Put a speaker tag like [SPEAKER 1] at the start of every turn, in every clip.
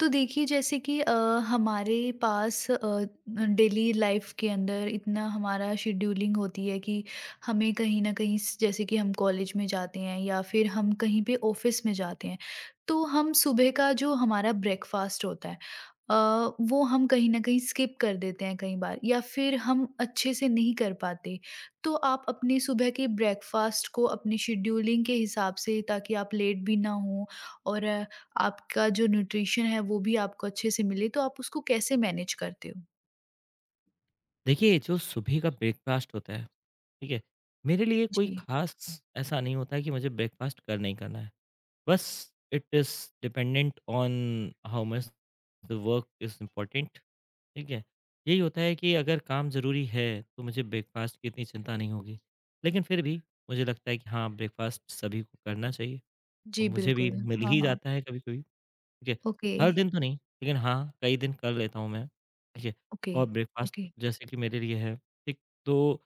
[SPEAKER 1] तो देखिए जैसे कि हमारे पास डेली लाइफ के अंदर इतना हमारा शेड्यूलिंग होती है कि हमें कहीं ना कहीं जैसे कि हम कॉलेज में जाते हैं या फिर हम कहीं पे ऑफिस में जाते हैं तो हम सुबह का जो हमारा ब्रेकफास्ट होता है अ, वो हम कहीं ना कहीं स्किप कर देते हैं कई बार या फिर हम अच्छे से नहीं कर पाते। तो आप अपने सुबह के ब्रेकफास्ट को अपने शेड्यूलिंग के हिसाब से ताकि आप लेट भी ना हो और आपका जो न्यूट्रिशन है वो भी आपको अच्छे से मिले, तो आप उसको कैसे मैनेज करते हो?
[SPEAKER 2] देखिए, जो सुबह का ब्रेकफ़ास्ट होता है, ठीक है? मेरे लिए कोई
[SPEAKER 1] जी।
[SPEAKER 2] ख़ास ऐसा नहीं होता है कि मुझे ब्रेकफ़ास्ट करना ही करना है। बस it is dependent on how much the work is important, ठीक है? यही होता है कि अगर काम ज़रूरी है, तो मुझे ब्रेकफ़ास्ट की इतनी चिंता नहीं होगी। लेकिन फिर भी मुझे लगता है कि हाँ, ब्रेकफ़ास्ट सभी को करना चाहिए और
[SPEAKER 1] जी,
[SPEAKER 2] मुझे भी
[SPEAKER 1] बिल्कुल।
[SPEAKER 2] मिल
[SPEAKER 1] हाँ,
[SPEAKER 2] ही
[SPEAKER 1] हाँ।
[SPEAKER 2] जाता है कभी-कभी। ठीक है,
[SPEAKER 1] ओके,
[SPEAKER 2] हर दिन तो नहीं, लेकिन हाँ, कई दिन कर लेता हूँ मैं, ठीक है।
[SPEAKER 1] ओके,
[SPEAKER 2] और ब्रेकफ़ास्ट
[SPEAKER 1] ओके।
[SPEAKER 2] जैसे कि मेरे लिए है, ठीक, तो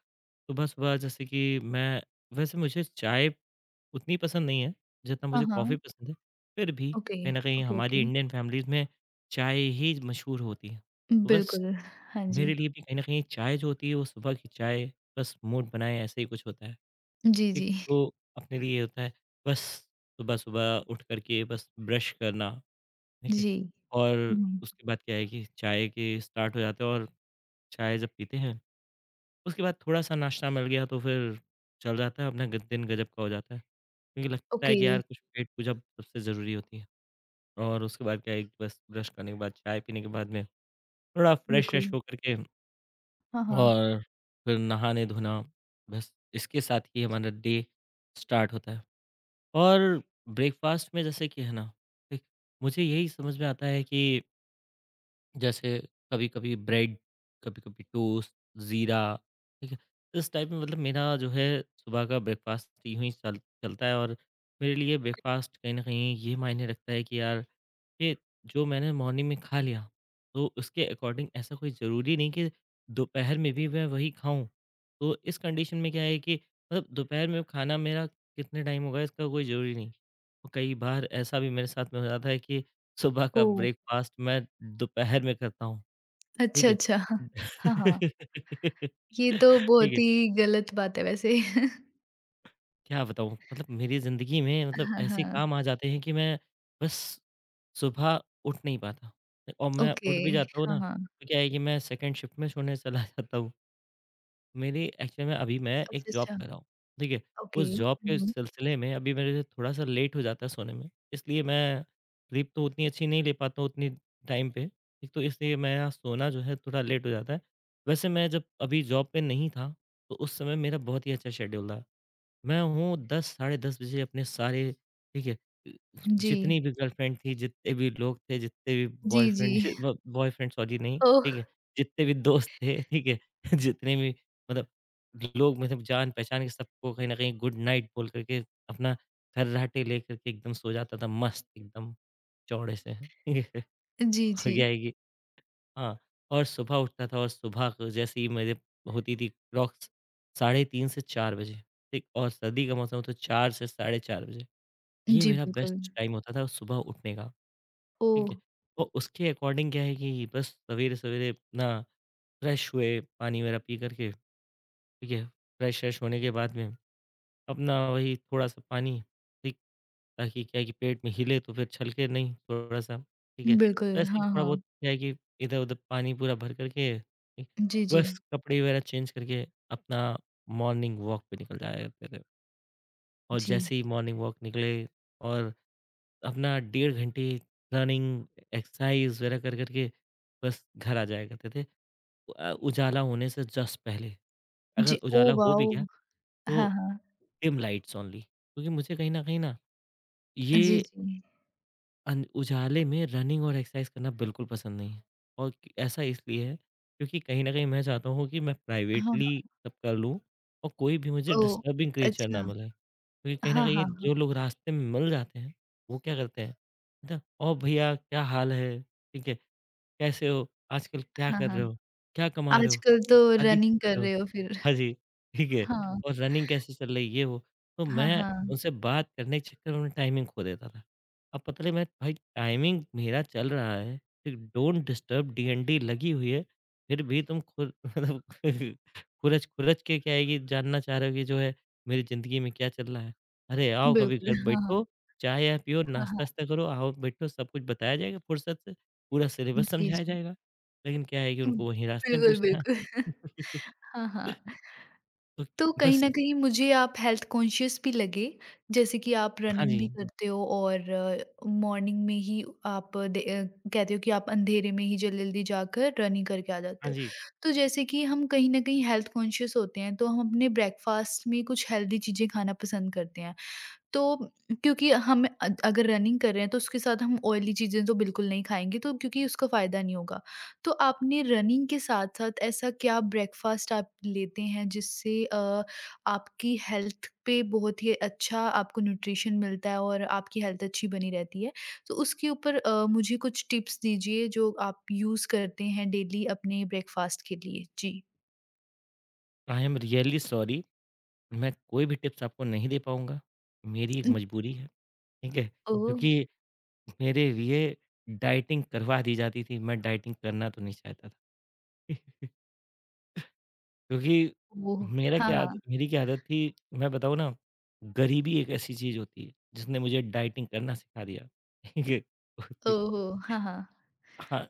[SPEAKER 2] सुबह-सुबह जैसे कि मैं वैसे मुझे चाय उतनी पसंद नहीं है, जितना
[SPEAKER 1] हाँ,
[SPEAKER 2] मुझे कॉफ़ी
[SPEAKER 1] हाँ।
[SPEAKER 2] पसंद है, फिर भी
[SPEAKER 1] ओके,
[SPEAKER 2] कहीं न कहीं
[SPEAKER 1] ओके, ओके।
[SPEAKER 2] हमारी इंडियन फ़ैमिलीज़ में चाय ही मशहूर होती है। तो बस
[SPEAKER 1] बिल्कुल, हाँ
[SPEAKER 2] मेरे
[SPEAKER 1] जी।
[SPEAKER 2] लिए भी कहीं न कहीं चाय जो होती है, वो सुबह की चाय बस मूड बनाए ऐसे ही कुछ होता है,
[SPEAKER 1] जी,
[SPEAKER 2] ठीक।
[SPEAKER 1] जी,
[SPEAKER 2] तो अपने लिए ये होता है, बस सुबह-सुबह उठ कर के बस ब्रश करना ठीक है?
[SPEAKER 1] जी।
[SPEAKER 2] और
[SPEAKER 1] हुँ,
[SPEAKER 2] उसके बाद क्या है कि चाय के स्टार्ट हो जाते हैं और चाय जब पीते हैं, उसके बाद थोड़ा-सा नाश्ता मिल गया तो फिर चल जाता है अपना ग दिन गज़ब का हो जाता है। क्योंकि लगता है
[SPEAKER 1] ओके,
[SPEAKER 2] कि यार कुछ पेट पूजा सबसे ज़रूरी होती है और उसके बाद क्या है कि बस ब्रश करने के बाद, चाय पीने के बाद में थोड़ा फ्रेश-व्रेश
[SPEAKER 1] बिल्कुल।
[SPEAKER 2] होकर के
[SPEAKER 1] हाँ, हाँ।
[SPEAKER 2] और फिर नहाने-धोना, बस इसके साथ ही हमारा डे स्टार्ट होता है। और ब्रेकफ़ास्ट में जैसे कि है ना, एक मुझे यही समझ में आता है कि जैसे कभी-कभी ब्रेड, कभी-कभी टोस्ट, जीरा, ठीक है? इस टाइप में मतलब मेरा जो है सुबह का ब्रेकफ़ास्ट यूँ ही चल चलता है और मेरे लिए ब्रेकफ़ास्ट कहीं न कहीं ये मायने रखता है कि यार कि जो मैंने मॉर्निंग में खा लिया तो उसके अकॉर्डिंग ऐसा कोई ज़रूरी नहीं कि दोपहर में भी मैं वही खाऊं। तो इस कंडीशन में क्या है कि मतलब दोपहर में खाना मेरा कितने टाइम होगा इसका कोई ज़रूरी नहीं। और कई बार ऐसा भी मेरे साथ में हो जाता है कि सुबह का
[SPEAKER 1] ओह!
[SPEAKER 2] ब्रेकफास्ट मैं दोपहर में करता हूँ।
[SPEAKER 1] अच्छा,
[SPEAKER 2] ठीक है।
[SPEAKER 1] अच्छा। हाँ, हाँ। ये तो
[SPEAKER 2] ठीक
[SPEAKER 1] बहुत
[SPEAKER 2] है।
[SPEAKER 1] ही गलत बात है वैसे।
[SPEAKER 2] क्या बताऊँ? मतलब मेरी ज़िंदगी में मतलब
[SPEAKER 1] हाँ,
[SPEAKER 2] ऐसे
[SPEAKER 1] हाँ।
[SPEAKER 2] काम आ जाते हैं कि मैं बस सुबह उठ नहीं पाता और मैं
[SPEAKER 1] ओके,
[SPEAKER 2] उठ भी जाता हूँ
[SPEAKER 1] हाँ,
[SPEAKER 2] ना,
[SPEAKER 1] हाँ।
[SPEAKER 2] तो क्या है कि मैं सेकंड शिफ्ट में सोने चला जाता हूँ। मेरी एक्चुअल में अभी मैं एक
[SPEAKER 1] अच्छा,
[SPEAKER 2] जॉब
[SPEAKER 1] अच्छा।
[SPEAKER 2] कर रहा हूँ, ठीक है?
[SPEAKER 1] ओके।
[SPEAKER 2] उस जॉब के
[SPEAKER 1] हुँ, हुँ।
[SPEAKER 2] सिलसिले में अभी मेरे थोड़ा-सा लेट हो जाता है सोने में, इसलिए मैं स्लीप तो उतनी अच्छी नहीं ले पाता हूँ उतनी टाइम पे, एक तो इसलिए मेरा सोना जो है थोड़ा लेट हो जाता है। वैसे मैं जब अभी जॉब पे नहीं था, तो उस समय मेरा बहुत ही अच्छा शेड्यूल था। मैं हूँ 10 साढ़े 10 बजे अपने सारे ठीक है,
[SPEAKER 1] जी।
[SPEAKER 2] जितनी भी गर्लफ्रेंड थी, जितने भी लोग थे, जितने भी
[SPEAKER 1] जी, जी।
[SPEAKER 2] बॉयफ्रेंड ब बॉयफ्रेंड सॉरी नहीं,
[SPEAKER 1] ओह!
[SPEAKER 2] ठीक है, जितने भी दोस्त थे, ठीक है, जितने भी मतलब लोग मतलब जान-पहचान के सबको कहीं न कहीं गुड नाइट बोल कर के अपना खर्राटे लेकर के एकदम सो जाता था मस्त एकदम चौड़े से।
[SPEAKER 1] जी,
[SPEAKER 2] हो
[SPEAKER 1] जी।
[SPEAKER 2] गया है कि हाँ, और सुबह उठता था और सुबह को जैसे ही मेरे होती थी क्लॉक्स 3:30 बजे से 4 बजे, ठीक? और सर्दी का मौसम हो तो 4 से साढ़े 4 बजे, ये
[SPEAKER 1] जी,
[SPEAKER 2] मेरा
[SPEAKER 1] बिल्कुल।
[SPEAKER 2] बेस्ट टाइम होता था सुबह उठने का,
[SPEAKER 1] ओह!
[SPEAKER 2] ठीक है? और उसके अकॉर्डिंग क्या है कि बस सवेरे-सवेरे अपना फ्रेश हुए, पानी वगैरह पी कर के, ठीक है? फ्रेश-व्रेश होने के बाद में अपना वही थोड़ा-सा पानी, ठीक, ताकि क्या है कि पेट में हिले तो फिर छलके नहीं थोड़ा-सा, ठीक है।
[SPEAKER 1] बिल्कुल,
[SPEAKER 2] तो ऐसे ही
[SPEAKER 1] हाँ,
[SPEAKER 2] थोड़ा
[SPEAKER 1] हाँ।
[SPEAKER 2] बहुत क्या है कि इधर-उधर पानी पूरा भर कर के, ठीक,
[SPEAKER 1] जी, जी।
[SPEAKER 2] बस कपड़े वगैरह चेंज करके अपना मॉर्निंग वॉक पे निकल जाया करते थे। और
[SPEAKER 1] जी।
[SPEAKER 2] जैसे ही मॉर्निंग वॉक निकले और अपना 1.5 घंटे रनिंग, एक्सरसाइज वगैरह कर कर के बस घर आ जाया करते थे। तो उजाला होने से जस्ट पहले, अगर
[SPEAKER 1] जी, ओह
[SPEAKER 2] उजाला हो भी
[SPEAKER 1] वाओ!
[SPEAKER 2] गया तो
[SPEAKER 1] हाँ, हाँ।
[SPEAKER 2] Dim lights only. क्योंकि मुझे कहीं न कहीं ना
[SPEAKER 1] जी,
[SPEAKER 2] ये
[SPEAKER 1] जी।
[SPEAKER 2] उजाले में रनिंग और एक्सरसाइज करना बिल्कुल पसंद नहीं है और ऐसा इसलिए है क्योंकि कहीं ना कहीं मैं चाहता हूँ कि मैं
[SPEAKER 1] हाँ,
[SPEAKER 2] प्राइवेटली
[SPEAKER 1] हाँ।
[SPEAKER 2] सब कर लूँ और कोई भी मुझे
[SPEAKER 1] ओह!
[SPEAKER 2] डिस्टर्बिंग क्रिएचर ना
[SPEAKER 1] अच्छा।
[SPEAKER 2] मिले। क्योंकि कहीं ना
[SPEAKER 1] हाँ,
[SPEAKER 2] कहीं
[SPEAKER 1] हाँ, हाँ।
[SPEAKER 2] जो लोग रास्ते में मिल जाते हैं वो क्या करते हैं ना और भैया क्या हाल है ठीक है कैसे हो आजकल क्या
[SPEAKER 1] हाँ,
[SPEAKER 2] कर
[SPEAKER 1] हाँ।
[SPEAKER 2] रहे हो क्या कमा रहे हो
[SPEAKER 1] आजकल तो
[SPEAKER 2] शादी
[SPEAKER 1] रनिंग कर
[SPEAKER 2] करो।
[SPEAKER 1] रहे हो फिर।
[SPEAKER 2] हाँ जी, ठीक है
[SPEAKER 1] हाँ।
[SPEAKER 2] और रनिंग कैसे चल रही ये वो। तो
[SPEAKER 1] हाँ,
[SPEAKER 2] मैं
[SPEAKER 1] हाँ।
[SPEAKER 2] उनसे बात करने के चक्कर में टाइमिंग खो देता था। अब पता नहीं मैं भाई टाइमिंग मेरा चल रहा है, एक डोंट डिस्टर्ब DND लगी हुई है, फिर भी तुम खुर मतलब खुरच-खुरच के क्या है कि जानना चाह रहे हो कि जो है मेरी ज़िंदगी में क्या चल रहा है। अरे आओ कभी
[SPEAKER 1] बिल्कुल,
[SPEAKER 2] घर
[SPEAKER 1] हाँ, हाँ।
[SPEAKER 2] बैठो, चाय-वाय पियो,
[SPEAKER 1] हाँ, हाँ।
[SPEAKER 2] नाश्ता-वास्ता करो, आओ बैठो सब कुछ बताया जाएगा फुर्सत से, पूरा सिलेबस
[SPEAKER 1] जी,
[SPEAKER 2] समझाया
[SPEAKER 1] जी।
[SPEAKER 2] जाएगा। लेकिन क्या है कि
[SPEAKER 1] हुँ।
[SPEAKER 2] उनको वहीं रास्ते में
[SPEAKER 1] बिल्कुल,
[SPEAKER 2] पूछना है।
[SPEAKER 1] बिल्कुल। हाँ, हाँ।
[SPEAKER 2] तो
[SPEAKER 1] तो कहीं
[SPEAKER 2] बस
[SPEAKER 1] न कहीं मुझे आप हेल्थ कॉन्शियस भी लगे, जैसे कि आप
[SPEAKER 2] हाँ
[SPEAKER 1] रनिंग भी
[SPEAKER 2] जी,
[SPEAKER 1] हुँ। करते हो और मॉर्निंग में ही आप दे कहते हो कि आप अंधेरे में ही जल्दी-जल्दी जाकर रनिंग करके आ जाते
[SPEAKER 2] हाँ
[SPEAKER 1] हो।
[SPEAKER 2] जी।
[SPEAKER 1] तो जैसे कि हम कहीं न कहीं हेल्थ कॉन्शियस होते हैं, तो हम अपने ब्रेकफ़ास्ट में कुछ हेल्दी चीज़ें खाना पसंद करते हैं। तो क्योंकि हम अगर रनिंग कर रहे हैं तो उसके साथ हम ऑयली चीज़ें तो बिल्कुल नहीं खाएँगे तो क्योंकि उसका फ़ायदा नहीं होगा। तो आपने रनिंग के साथ-साथ ऐसा क्या ब्रेकफ़ास्ट आप लेते हैं जिससे आपकी हेल्थ पे बहुत ही अच्छा आपको न्यूट्रिशन मिलता है और आपकी हेल्थ अच्छी बनी रहती है? तो उसके ऊपर मुझे कुछ टिप्स दीजिए जो आप यूज़ करते हैं डेली अपने ब्रेकफ़ास्ट के लिए? जी।
[SPEAKER 2] आई एम रियली सॉरी, मैं कोई भी टिप्स आपको नहीं दे पाऊँगा। मेरी एक मजबूरी है, ठीक है?
[SPEAKER 1] ओह!
[SPEAKER 2] क्योंकि मेरे लिए डाइटिंग करवा दी जाती थी, मैं डाइटिंग करना तो नहीं चाहता था। क्योंकि
[SPEAKER 1] ओह!
[SPEAKER 2] मेरा
[SPEAKER 1] हाँ,
[SPEAKER 2] क्या आद
[SPEAKER 1] हाँ।
[SPEAKER 2] मेरी क्या आदत थी, मैं बताऊँ ना, गरीबी एक ऐसी चीज़ होती है, जिसने मुझे डाइटिंग करना सिखा दिया। ठीक है?
[SPEAKER 1] ओह हो! हाँ, हाँ।
[SPEAKER 2] हाँ,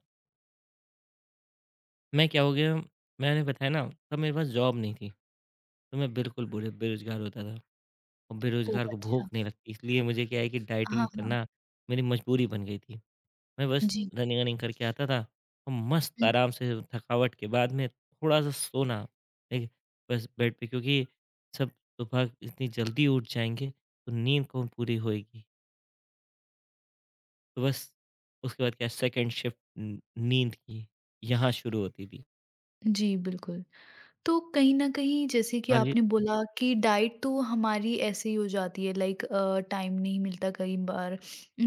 [SPEAKER 2] मैं क्या हो गया, मैंने बताया ना, तब मेरे पास जॉब नहीं थी। तो मैं बिल्कुल बुरे बेरोज़गार होता था और
[SPEAKER 1] ओह!
[SPEAKER 2] बेरोज़गार को
[SPEAKER 1] अच्छा।
[SPEAKER 2] भूख नहीं लगती, इसलिए मुझे क्या है कि
[SPEAKER 1] हाँ,
[SPEAKER 2] डाइटिंग
[SPEAKER 1] हाँ।
[SPEAKER 2] करना मेरी मजबूरी बन गई थी। मैं बस
[SPEAKER 1] जी,
[SPEAKER 2] रनिंग-वनिंग करके आता था और मस्त
[SPEAKER 1] हुँ।
[SPEAKER 2] आराम से थकावट के बाद में थोड़ा-सा सोना, ठीक है? बस बेड पे क्योंकि सब सुबह इतनी जल्दी उठ जाएँगे तो नींद कौन पूरी होएगी। तो बस उसके बाद क्या सेकंड शिफ्ट न नींद की यहाँ शुरू होती थी।
[SPEAKER 1] जी, बिल्कुल। तो कहीं न कहीं जैसे कि
[SPEAKER 2] हाँ जी।
[SPEAKER 1] आपने बोला कि डाइट तो हमारी ऐसे ही हो जाती है लाइक टाइम नहीं मिलता कई बार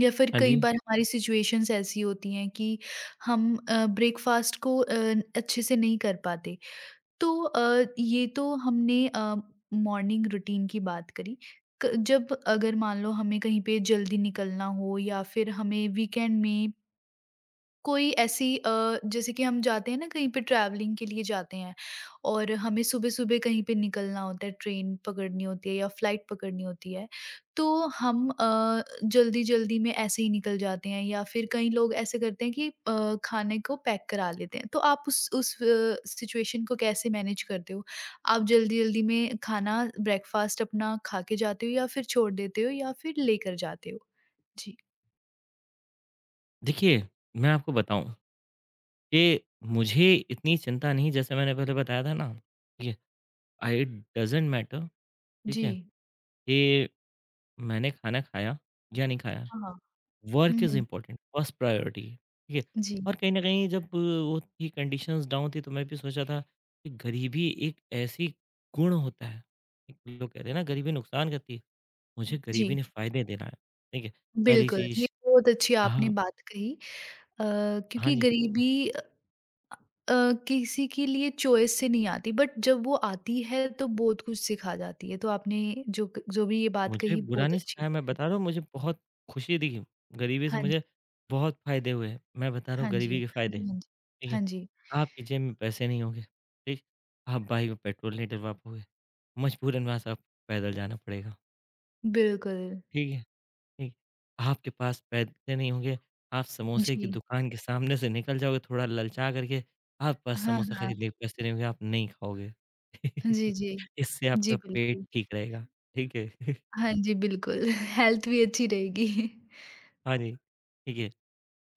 [SPEAKER 1] या फिर
[SPEAKER 2] हाँ
[SPEAKER 1] कई
[SPEAKER 2] जी।
[SPEAKER 1] बार हमारी सिचुएशंस ऐसी होती हैं कि हम ब्रेकफ़ास्ट को अच्छे से नहीं कर पाते। तो ये तो हमने मॉर्निंग रूटीन की बात करी। क जब अगर मान लो हमें कहीं पे जल्दी निकलना हो या फिर हमें वीकेंड में कोई ऐसी जैसे कि हम जाते हैं ना कहीं पे ट्रैवलिंग के लिए जाते हैं और हमें सुबह-सुबह कहीं पे निकलना होता है, ट्रेन पकड़नी होती है या फ्लाइट पकड़नी होती है, तो हम जल्दी-जल्दी में ऐसे ही निकल जाते हैं या फिर कई लोग ऐसे करते हैं कि खाने को पैक करा लेते हैं। तो आप उस सिचुएशन को कैसे मैनेज करते हो? आप जल्दी-जल्दी में खाना ब्रेकफ़ास्ट अपना खा के जाते हो या फिर छोड़ देते हो या फिर लेकर जाते हो? जी।
[SPEAKER 2] देखिए, मैं आपको बताऊँ कि मुझे इतनी चिंता नहीं जैसे मैंने पहले बताया था ना, ठीक है? आई डज़न्ट मैटर, ठीक
[SPEAKER 1] जी।
[SPEAKER 2] है? कि मैंने खाना खाया या नहीं खाया,
[SPEAKER 1] हाँ, हाँ। हुँ,
[SPEAKER 2] work is
[SPEAKER 1] hmm.
[SPEAKER 2] Important, first priority, ठीक है?
[SPEAKER 1] जी।
[SPEAKER 2] और कहीं न कहीं जब वो थी कंडीशंस डाउन थी तो मैं भी सोचा था कि गरीबी एक ऐसी गुण होता है, एक लोग कहते हैं ना गरीबी नुकसान करती है, मुझे गरीबी
[SPEAKER 1] जी।
[SPEAKER 2] ने फ़ायदे देना है, ठीक है? पहली
[SPEAKER 1] बिल्कुल, ये
[SPEAKER 2] चीज़,
[SPEAKER 1] बहुत अच्छी आपने
[SPEAKER 2] हाँ,
[SPEAKER 1] बात कही अ,
[SPEAKER 2] हाँ
[SPEAKER 1] क्योंकि
[SPEAKER 2] जी।
[SPEAKER 1] गरीबी अ, किसी के लिए चॉइस से नहीं आती बट जब वो आती है तो बहुत कुछ सिखा जाती है। तो आपने जो क जो भी ये बात
[SPEAKER 2] मुझे
[SPEAKER 1] कही
[SPEAKER 2] बुरा
[SPEAKER 1] बहुत
[SPEAKER 2] नहीं
[SPEAKER 1] अच्छी
[SPEAKER 2] सिखाया, मैं
[SPEAKER 1] लगी।
[SPEAKER 2] बता रहा हूँ मुझे बहुत खुशी दिखी, गरीबी से
[SPEAKER 1] हाँ जी,
[SPEAKER 2] मुझे बहुत फ़ायदे हुए। मैं बता रहा हूँ
[SPEAKER 1] हाँ
[SPEAKER 2] गरीबी
[SPEAKER 1] जी,
[SPEAKER 2] के
[SPEAKER 1] हाँ
[SPEAKER 2] फ़ायदे,
[SPEAKER 1] जी, हाँ जी।
[SPEAKER 2] ठीक है?
[SPEAKER 1] हाँ जी,
[SPEAKER 2] आपकी जेब में पैसे नहीं होंगे, ठीक? आप बाइक में पेट्रोल नहीं डलवा पाओगे, मजबूरन वहाँ से आपको पैदल जाना पड़ेगा,
[SPEAKER 1] बिल्कुल।
[SPEAKER 2] ठीक है? ठीक, आपके पास पैसे नहीं होंगे, आप समोसे की
[SPEAKER 1] जी,
[SPEAKER 2] दुकान के सामने से निकल जाओगे थोड़ा ललचा करके, आपके पास
[SPEAKER 1] हाँ,
[SPEAKER 2] समोसा
[SPEAKER 1] हाँ।
[SPEAKER 2] खरीदने के पैसे नहीं होंगे, आप नहीं खाओगे।
[SPEAKER 1] जी, जी।
[SPEAKER 2] इससे
[SPEAKER 1] जी,
[SPEAKER 2] आपका पेट
[SPEAKER 1] बिल्कुल।
[SPEAKER 2] ठीक रहेगा, ठीक है?
[SPEAKER 1] हाँ जी, बिल्कुल। हेल्थ भी अच्छी रहेगी।
[SPEAKER 2] हाँ जी, ठीक है।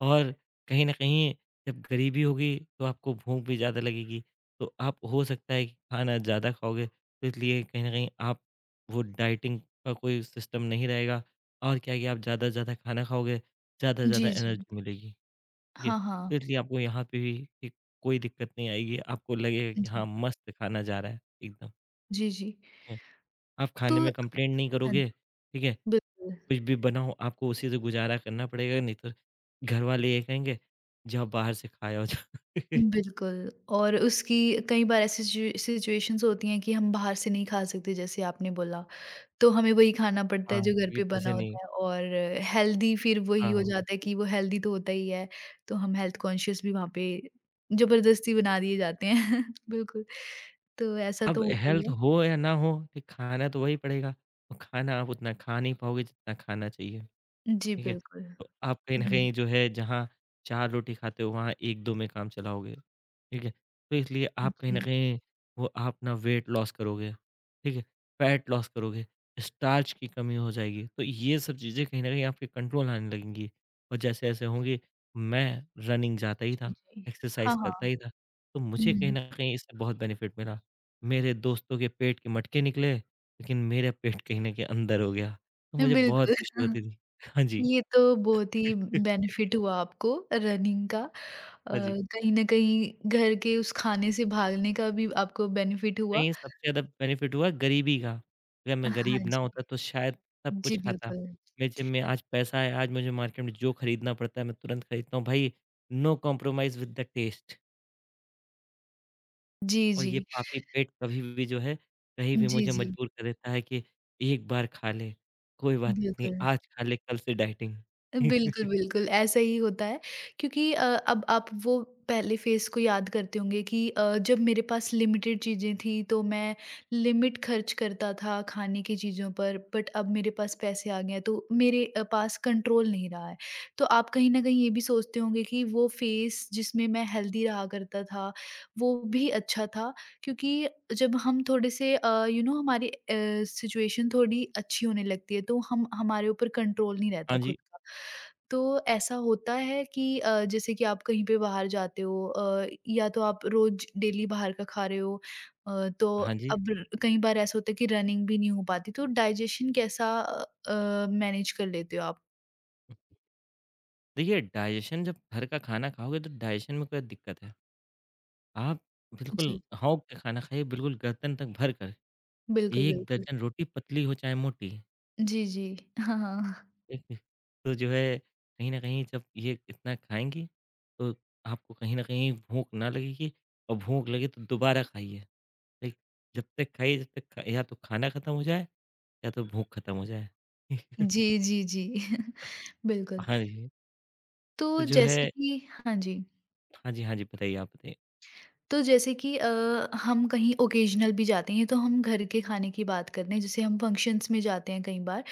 [SPEAKER 2] और कहीं न कहीं जब गरीबी होगी तो आपको भूख भी ज़्यादा लगेगी, तो आप हो सकता है कि खाना ज़्यादा खाओगे, तो इसलिए कहीं न कहीं आप वो डाइटिंग का कोई सिस्टम नहीं रहेगा और क्या है कि आप ज़्यादा से ज़्यादा खाना खाओगे, ज़्यादा से ज़्यादा
[SPEAKER 1] जी, जी।
[SPEAKER 2] एनर्जी मिलेगी, ठीक है?
[SPEAKER 1] हाँ, हाँ।
[SPEAKER 2] तो इसलिए आपको यहाँ पे भी एक कोई दिक्कत नहीं आएगी, आपको लगेगा कि
[SPEAKER 1] जी,
[SPEAKER 2] हाँ, मस्त खाना जा रहा है एकदम, ठीक
[SPEAKER 1] जी, जी।
[SPEAKER 2] है? आप
[SPEAKER 1] तो
[SPEAKER 2] खाने में कंप्लेंट नहीं
[SPEAKER 1] हाँ जी,
[SPEAKER 2] करोगे, ठीक है?
[SPEAKER 1] बिल्कुल।
[SPEAKER 2] कुछ भी बनाओ आपको उसी से गुज़ारा करना पड़ेगा नहीं तो घर वाले ये कहेंगे जाओ बाहर से खा आओ जाओ।
[SPEAKER 1] बिल्कुल, और उसकी कई बार ऐसी सिचुएशंस होती हैं कि हम बाहर से नहीं खा सकते जैसे आपने बोला, तो हमें वही खाना पड़ता है
[SPEAKER 2] हाँ,
[SPEAKER 1] जो घर
[SPEAKER 2] क्योंकि
[SPEAKER 1] पे बना
[SPEAKER 2] पैसे नहीं।
[SPEAKER 1] होता है और हेल्दी फिर वही हो
[SPEAKER 2] हाँ,
[SPEAKER 1] जाता है कि वो हेल्दी तो होता ही है, तो हम हेल्थ कॉन्शियस भी वहाँ पे ज़बरदस्ती बना दिए जाते हैं। बिल्कुल, तो ऐसा
[SPEAKER 2] अब
[SPEAKER 1] तो होता ही
[SPEAKER 2] हेल्थ
[SPEAKER 1] है।
[SPEAKER 2] हो या ना हो, ठीक, खाना तो वही पड़ेगा और खाना आप उतना खा नहीं पाओगे जितना खाना चाहिए।
[SPEAKER 1] जी,
[SPEAKER 2] ठीक है?
[SPEAKER 1] बिल्कुल।
[SPEAKER 2] तो आप कहीं न
[SPEAKER 1] हुँ,
[SPEAKER 2] कहीं जो है जहाँ 4 रोटी खाते हो वहाँ 1-2 में काम चलाओगे, ठीक है? तो इसलिए आप कहीं न
[SPEAKER 1] जी,
[SPEAKER 2] कहीं वो आप ना वेट लॉस करोगे, ठीक है? फैट लॉस करोगे, स्टार्च की कमी हो जाएगी, तो ये सब चीज़ें कहीं न कहीं आपके कंट्रोल आने लगेंगी और जैसे-जैसे होंगी मैं रनिंग जाता ही
[SPEAKER 1] जी,
[SPEAKER 2] था,
[SPEAKER 1] जी।
[SPEAKER 2] एक्सरसाइज़
[SPEAKER 1] हाँ,
[SPEAKER 2] करता
[SPEAKER 1] हाँ।
[SPEAKER 2] ही था, तो मुझे कहीं
[SPEAKER 1] हुँ,
[SPEAKER 2] न कहीं इससे बहुत बेनिफिट मिला। मेरे दोस्तों के पेट के मटके निकले, लेकिन मेरा पेट कहीं न कहीं अंदर हो गया, तो मुझे बहुत
[SPEAKER 1] बिल्कुल।
[SPEAKER 2] खुशी होती थी। हाँ जी।
[SPEAKER 1] ये तो बहुत ही बेनिफिट हुआ आपको रनिंग का,
[SPEAKER 2] हाँ जी।
[SPEAKER 1] कहीं न कहीं घर के उस खाने से भागने का भी आपको बेनिफिट हुआ।
[SPEAKER 2] कहीं सबसे ज़्यादा बेनिफिट हुआ गरीबी का। अगर मैं
[SPEAKER 1] हाँ
[SPEAKER 2] गरीब ना
[SPEAKER 1] जी।
[SPEAKER 2] होता तो शायद सब कुछ
[SPEAKER 1] जी,
[SPEAKER 2] खाता।
[SPEAKER 1] बिल्कुल।
[SPEAKER 2] मेरे जेब में आज पैसा है, आज मुझे मार्केट में जो खरीदना पड़ता है मैं तुरंत खरीदता हूँ भाई, no compromise with the taste.
[SPEAKER 1] जी,
[SPEAKER 2] और ये
[SPEAKER 1] जी।
[SPEAKER 2] पापी पेट कभी भी जो है, कहीं भी
[SPEAKER 1] जी,
[SPEAKER 2] मुझे
[SPEAKER 1] जी।
[SPEAKER 2] मजबूर कर देता है कि एक बार खा ले, कोई बात नहीं
[SPEAKER 1] बिल्कुल।
[SPEAKER 2] आज खा ले कल से डाइटिंग।
[SPEAKER 1] बिल्कुल, बिल्कुल, ऐसा ही होता है क्योंकि अब आप वो पहले फ़ेज़ को याद करते होंगे कि जब मेरे पास लिमिटेड चीज़ें थी तो मैं लिमिट खर्च करता था खाने की चीज़ों पर, बट अब मेरे पास पैसे आ गए हैं तो मेरे पास कंट्रोल नहीं रहा है। तो आप कहीं न कहीं ये भी सोचते होंगे कि वो फ़ेज़ जिसमें मैं हेल्दी रहा करता था, वो भी अच्छा था क्योंकि जब हम थोड़े से यू नो हमारी सिचुएशन थोड़ी अच्छी होने लगती है तो हम हमारे ऊपर कंट्रोल नहीं
[SPEAKER 2] हाँ
[SPEAKER 1] रहता
[SPEAKER 2] जी,
[SPEAKER 1] खुद का। तो ऐसा होता है कि जैसे कि आप कहीं पे बाहर जाते हो, या तो आप रोज़ डेली बाहर का खा रहे हो, तो
[SPEAKER 2] हाँ जी।
[SPEAKER 1] अब कई बार ऐसा होता है कि रनिंग भी नहीं हो पाती तो डाइजेशन कैसा मैनेज कर लेते हो आप?
[SPEAKER 2] देखिए, डाइजेशन जब घर का खाना खाओगे तो डाइजेशन में कोई दिक्कत है। आप बिल्कुल
[SPEAKER 1] जी।
[SPEAKER 2] हौक के खाना खाइए, बिल्कुल गर्दन तक भर कर।
[SPEAKER 1] बिल्कुल,
[SPEAKER 2] 1
[SPEAKER 1] बिल्कुल।
[SPEAKER 2] दर्जन रोटी पतली हो चाहे मोटी,
[SPEAKER 1] जी, जी। हाँ, हाँ।
[SPEAKER 2] ठीक है? तो जो है कहीं न कहीं जब ये इतना खाएँगी, तो आपको कहीं न कहीं भूख ना लगेगी और भूख लगे तो दोबारा खाइए, ठीक? जब तक खाइए जब तक खा या तो खाना खत्म हो जाए या तो भूख खत्म हो जाए।
[SPEAKER 1] जी, जी, जी। बिल्कुल।
[SPEAKER 2] हाँ जी, तो
[SPEAKER 1] तो
[SPEAKER 2] जो
[SPEAKER 1] जैसे
[SPEAKER 2] है
[SPEAKER 1] कि हाँ जी।
[SPEAKER 2] हाँ जी, हाँ जी, बताइए आप बताइए।
[SPEAKER 1] तो जैसे कि हम कहीं ओकेजनल भी जाते हैं तो हम घर के खाने की बात करते हैं, जैसे हम फंक्शंस में जाते हैं कई बार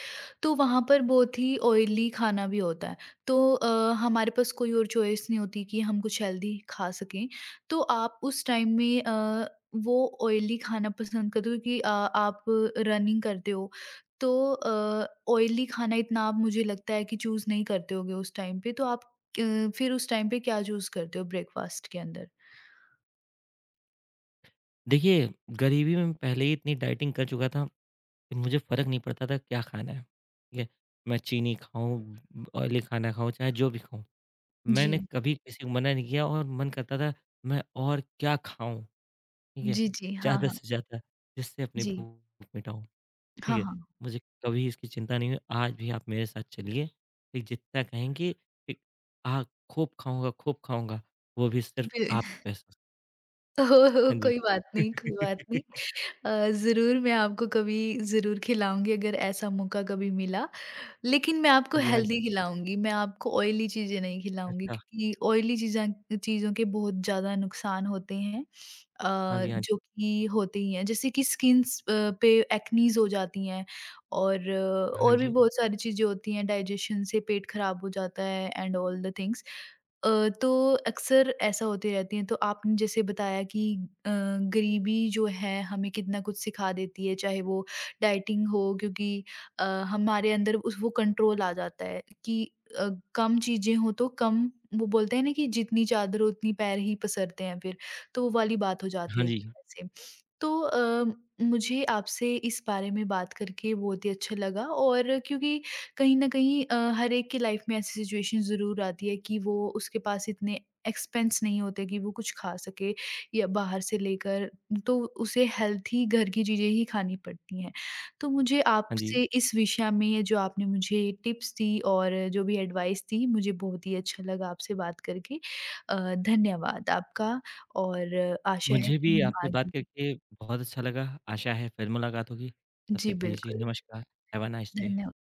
[SPEAKER 1] तो वहाँ पर बहुत ही ऑयली खाना भी होता है, तो हमारे पास कोई और चॉइस नहीं होती कि हम कुछ हेल्दी खा सकें, तो आप उस टाइम में वो ऑयली खाना पसंद करते हो कि आप रनिंग करते हो तो ऑयली खाना इतना आप मुझे लगता है कि चूज नहीं करते होगे उस टाइम पे, तो आप फिर उस टाइम पे क्या चूज करते हो ब्रेकफास्ट के अंदर?
[SPEAKER 2] देखिए, गरीबी में पहले ही इतनी डाइटिंग कर चुका था फिर मुझे फ़र्क नहीं पड़ता था क्या खाना है, ठीक है? मैं चीनी खाऊँ, ऑयली खाना खाऊँ, चाहे जो भी खाऊँ। मैंने
[SPEAKER 1] जी।
[SPEAKER 2] कभी किसी को मना नहीं किया और मन करता था मैं और क्या खाऊँ, ठीक है?
[SPEAKER 1] जी, जी। हाँ,
[SPEAKER 2] ज़्यादा
[SPEAKER 1] हाँ।
[SPEAKER 2] से ज़्यादा जिससे अपनी
[SPEAKER 1] जी।
[SPEAKER 2] भूख मिटाऊँ, ठीक
[SPEAKER 1] हाँ,
[SPEAKER 2] है?
[SPEAKER 1] हाँ।
[SPEAKER 2] मुझे कभी इसकी चिंता नहीं हुई, आज भी आप मेरे साथ चलिए, ठीक जितना कहेंगी ठीक आ खूब खाऊँगा, वो भी
[SPEAKER 1] तो
[SPEAKER 2] सिर्फ़
[SPEAKER 1] फिर
[SPEAKER 2] आपके पैसों से।
[SPEAKER 1] ओह हो!
[SPEAKER 2] हाँ जी।
[SPEAKER 1] कोई बात नहीं, कोई बात नहीं। ज़रूर मैं आपको कभी ज़रूर खिलाऊँगी अगर ऐसा मौका कभी मिला। लेकिन मैं आपको
[SPEAKER 2] हाँ जी, हाँ
[SPEAKER 1] हेल्दी
[SPEAKER 2] जी।
[SPEAKER 1] खिलाऊँगी, मैं आपको ऑयली चीज़ें नहीं खिलाऊँगी
[SPEAKER 2] अच्छा,
[SPEAKER 1] क्योंकि ऑयली चीज़ें चीज़ों के बहुत ज़्यादा नुकसान होते हैं,
[SPEAKER 2] हाँ जी, हाँ जी।
[SPEAKER 1] जो कि होते ही हैं। जैसे कि स्किन्स पे एक्नीज़ हो जाती हैं और
[SPEAKER 2] हाँ
[SPEAKER 1] और भी
[SPEAKER 2] जी,
[SPEAKER 1] बहुत सारी चीज़ें होती हैं, डाइजेशन से पेट खराब हो जाता है एंड ऑल द थिंग्स। अ, तो अक्सर ऐसा होती रहती है, तो आपने जैसे बताया कि गरीबी जो है हमें कितना कुछ सिखा देती है, चाहे वो डाइटिंग हो क्योंकि अ, हमारे अंदर उस वो कंट्रोल आ जाता है कि अ, कम चीज़ें हो तो कम वो बोलते हैं ना कि जितनी चादर हो उतनी पैर ही पसरते हैं फिर, तो वो वाली बात हो जाती
[SPEAKER 2] हाँ
[SPEAKER 1] है एक
[SPEAKER 2] जी,
[SPEAKER 1] तरह से। तो मुझे आपसे इस बारे में बात करके बहुत ही अच्छा लगा और क्योंकि कहीं न कहीं हर एक की लाइफ में ऐसी सिचुएशन ज़रूर आती है कि वो उसके पास इतने एक्सपेंस नहीं होते कि वो कुछ खा सके या बाहर से लेकर, तो उसे हेल्थी घर की चीज़ें ही खानी पड़ती हैं। तो मुझे
[SPEAKER 2] हाँ जी।
[SPEAKER 1] आपसे इस विषय में ये जो आपने मुझे टिप्स दी और जो भी एडवाइस दी मुझे बहुत ही अच्छा लगा आपसे बात करके। धन्यवाद आपका और आशा है
[SPEAKER 2] मुझे
[SPEAKER 1] कि
[SPEAKER 2] भी
[SPEAKER 1] हम
[SPEAKER 2] आपसे बात
[SPEAKER 1] आगे
[SPEAKER 2] करके बहुत अच्छा लगा। आशा है फिर मुलाकात होगी। तब
[SPEAKER 1] जी
[SPEAKER 2] तक के लिए जी
[SPEAKER 1] बिल्कुल,
[SPEAKER 2] नमस्कार। Have a nice day.
[SPEAKER 1] धन्यवाद।